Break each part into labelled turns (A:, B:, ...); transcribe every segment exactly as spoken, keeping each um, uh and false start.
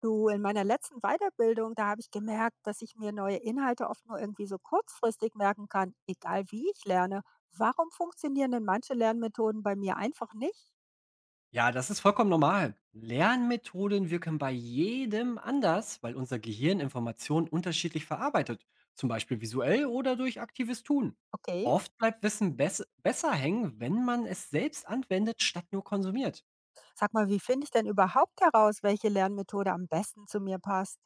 A: Du, in meiner letzten Weiterbildung, da habe ich gemerkt, dass ich mir neue Inhalte oft nur irgendwie so kurzfristig merken kann, egal wie ich lerne. Warum funktionieren denn manche Lernmethoden bei mir einfach nicht?
B: Ja, das ist vollkommen normal. Lernmethoden wirken bei jedem anders, weil unser Gehirn Informationen unterschiedlich verarbeitet, zum Beispiel visuell oder durch aktives Tun.
A: Okay,
B: Oft bleibt Wissen bess besser hängen, wenn man es selbst anwendet, statt nur konsumiert.
A: sag mal, wie finde ich denn überhaupt heraus, welche Lernmethode am besten zu mir passt?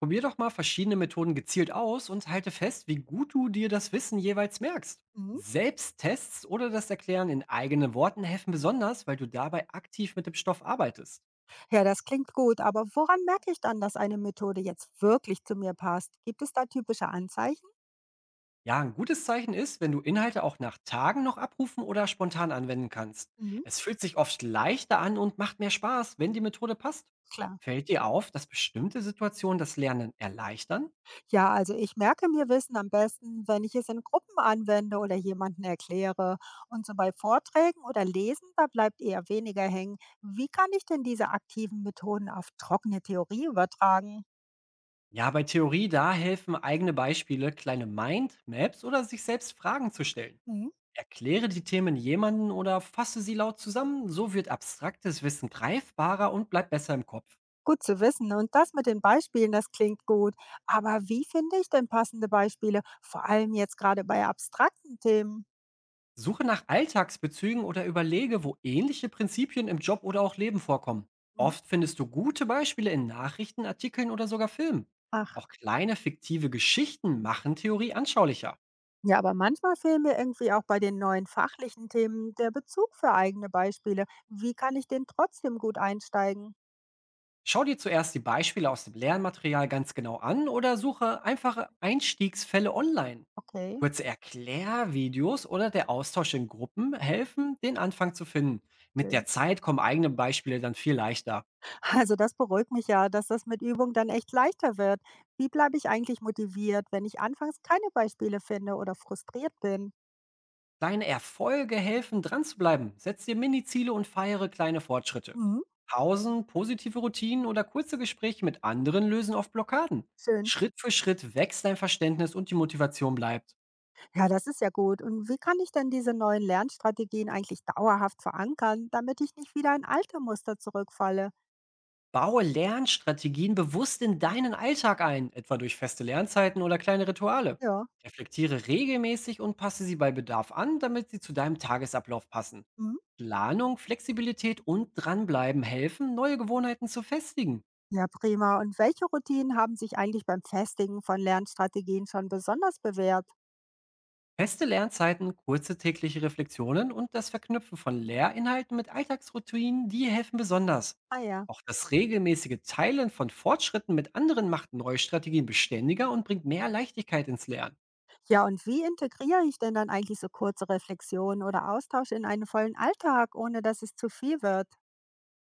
B: Probier doch mal verschiedene Methoden gezielt aus und halte fest, wie gut du dir das Wissen jeweils merkst.
A: Mhm.
B: Selbsttests oder das Erklären in eigenen Worten helfen besonders, weil du dabei aktiv mit dem Stoff arbeitest.
A: Ja, das klingt gut, aber woran merke ich dann, dass eine Methode jetzt wirklich zu mir passt? Gibt es da typische Anzeichen?
B: Ja, ein gutes Zeichen ist, wenn du Inhalte auch nach Tagen noch abrufen oder spontan anwenden kannst.
A: Mhm,
B: Es fühlt sich oft leichter an und macht mehr Spaß, wenn die Methode passt.
A: klar.
B: Fällt dir auf, dass bestimmte Situationen das Lernen erleichtern?
A: Ja, also ich merke mir Wissen am besten, wenn ich es in Gruppen anwende oder jemanden erkläre. Und so bei Vorträgen oder Lesen, da bleibt eher weniger hängen. Wie kann ich denn diese aktiven Methoden auf trockene Theorie übertragen?
B: Ja, bei Theorie da helfen eigene Beispiele, kleine Mindmaps oder sich selbst Fragen zu stellen.
A: Mhm.
B: Erkläre die Themen jemanden oder fasse sie laut zusammen, so wird abstraktes Wissen greifbarer und bleibt besser im Kopf.
A: Gut zu wissen. Und das mit den Beispielen, das klingt gut. Aber wie finde ich denn passende Beispiele, vor allem jetzt gerade bei abstrakten Themen?
B: Suche nach Alltagsbezügen oder überlege, wo ähnliche Prinzipien im Job oder auch Leben vorkommen.
A: Mhm.
B: Oft findest du gute Beispiele in Nachrichten, Artikeln oder sogar Filmen.
A: Ach,
B: Auch kleine fiktive Geschichten machen Theorie anschaulicher.
A: ja, aber manchmal fehlt mir irgendwie auch bei den neuen fachlichen Themen der Bezug für eigene Beispiele. Wie kann ich denn trotzdem gut einsteigen?
B: Schau dir zuerst die Beispiele aus dem Lernmaterial ganz genau an oder suche einfache Einstiegsfälle online.
A: Okay,
B: Kurze Erklärvideos oder der Austausch in Gruppen helfen, den Anfang zu finden. Mit
A: schön.
B: der Zeit kommen eigene Beispiele dann viel leichter.
A: Also das beruhigt mich ja, dass das mit Übung dann echt leichter wird. Wie bleibe ich eigentlich motiviert, wenn ich anfangs keine Beispiele finde oder frustriert bin?
B: Deine Erfolge helfen, dran zu bleiben. Setz dir Mini-Ziele und feiere kleine Fortschritte.
A: Mhm.
B: Pausen, positive Routinen oder kurze Gespräche mit anderen lösen oft Blockaden.
A: Schön.
B: Schritt für Schritt wächst dein Verständnis und die Motivation bleibt.
A: Ja, das ist ja gut. Und wie kann ich denn diese neuen Lernstrategien eigentlich dauerhaft verankern, damit ich nicht wieder in alte Muster zurückfalle?
B: Baue Lernstrategien bewusst in deinen Alltag ein, etwa durch feste Lernzeiten oder kleine Rituale.
A: Ja.
B: Reflektiere regelmäßig und passe sie bei Bedarf an, damit sie zu deinem Tagesablauf passen.
A: Mhm.
B: Planung, Flexibilität und Dranbleiben helfen, neue Gewohnheiten zu festigen.
A: Ja, prima. Und welche Routinen haben sich eigentlich beim Festigen von Lernstrategien schon besonders bewährt?
B: Feste Lernzeiten, kurze tägliche Reflexionen und das Verknüpfen von Lehrinhalten mit Alltagsroutinen, die helfen besonders.
A: Ah ja.
B: Auch das regelmäßige Teilen von Fortschritten mit anderen macht neue Strategien beständiger und bringt mehr Leichtigkeit ins Lernen.
A: Ja, und wie integriere ich denn dann eigentlich so kurze Reflexionen oder Austausch in einen vollen Alltag, ohne dass es zu viel wird?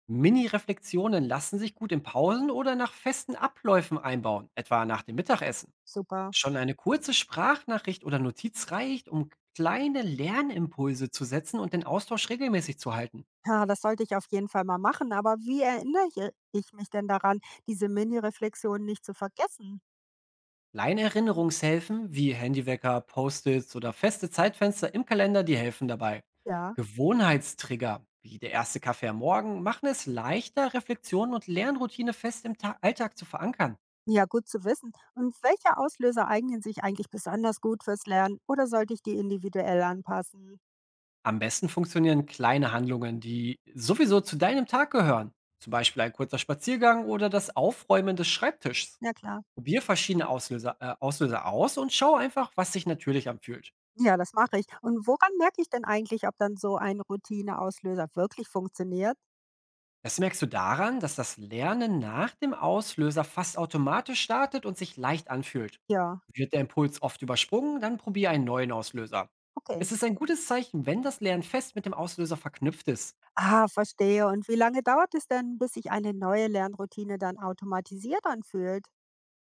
B: Mini-Reflexionen lassen sich gut in Pausen oder nach festen Abläufen einbauen, etwa nach dem Mittagessen.
A: Super.
B: Schon eine kurze Sprachnachricht oder Notiz reicht, um kleine Lernimpulse zu setzen und den Austausch regelmäßig zu halten.
A: Ja, das sollte ich auf jeden Fall mal machen. Aber wie erinnere ich ich mich denn daran, diese Mini-Reflexionen nicht zu vergessen?
B: Kleine Erinnerungshilfen wie Handywecker, Post-its oder feste Zeitfenster im Kalender, die helfen dabei.
A: Ja.
B: Gewohnheitstrigger wie der erste Kaffee am Morgen machen es leichter, Reflexion und Lernroutine fest im Ta Alltag zu verankern.
A: Ja, gut zu wissen. Und welche Auslöser eignen sich eigentlich besonders gut fürs Lernen oder sollte ich die individuell anpassen?
B: Am besten funktionieren kleine Handlungen, die sowieso zu deinem Tag gehören. Zum Beispiel ein kurzer Spaziergang oder das Aufräumen des Schreibtischs.
A: Ja, klar.
B: Probier verschiedene Auslöser, äh, Auslöser aus und schau einfach, was sich natürlich anfühlt.
A: Ja, das mache ich. Und woran merke ich denn eigentlich, ob dann so ein Routineauslöser wirklich funktioniert?
B: Das merkst du daran, dass das Lernen nach dem Auslöser fast automatisch startet und sich leicht anfühlt.
A: Ja,
B: Wird der Impuls oft übersprungen, dann probier einen neuen Auslöser.
A: okay.
B: Es ist ein gutes Zeichen, wenn das Lernen fest mit dem Auslöser verknüpft ist.
A: Ah, verstehe. Und wie lange dauert es denn, bis sich eine neue Lernroutine dann automatisiert anfühlt?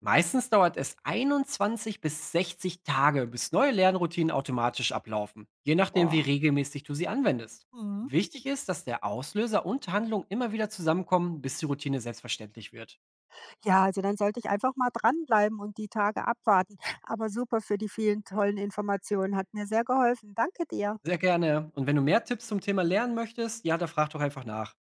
B: Meistens dauert es einundzwanzig bis sechzig Tage, bis neue Lernroutinen automatisch ablaufen, je nachdem, wie
A: Boah.
B: regelmäßig du sie anwendest.
A: Mhm.
B: Wichtig ist, dass der Auslöser und Handlung immer wieder zusammenkommen, bis die Routine selbstverständlich wird.
A: Ja, also dann sollte ich einfach mal dranbleiben und die Tage abwarten. Aber super für die vielen tollen Informationen. Hat mir sehr geholfen. Danke dir.
B: Sehr gerne. Und wenn du mehr Tipps zum Thema Lernen möchtest, ja, da frag doch einfach nach.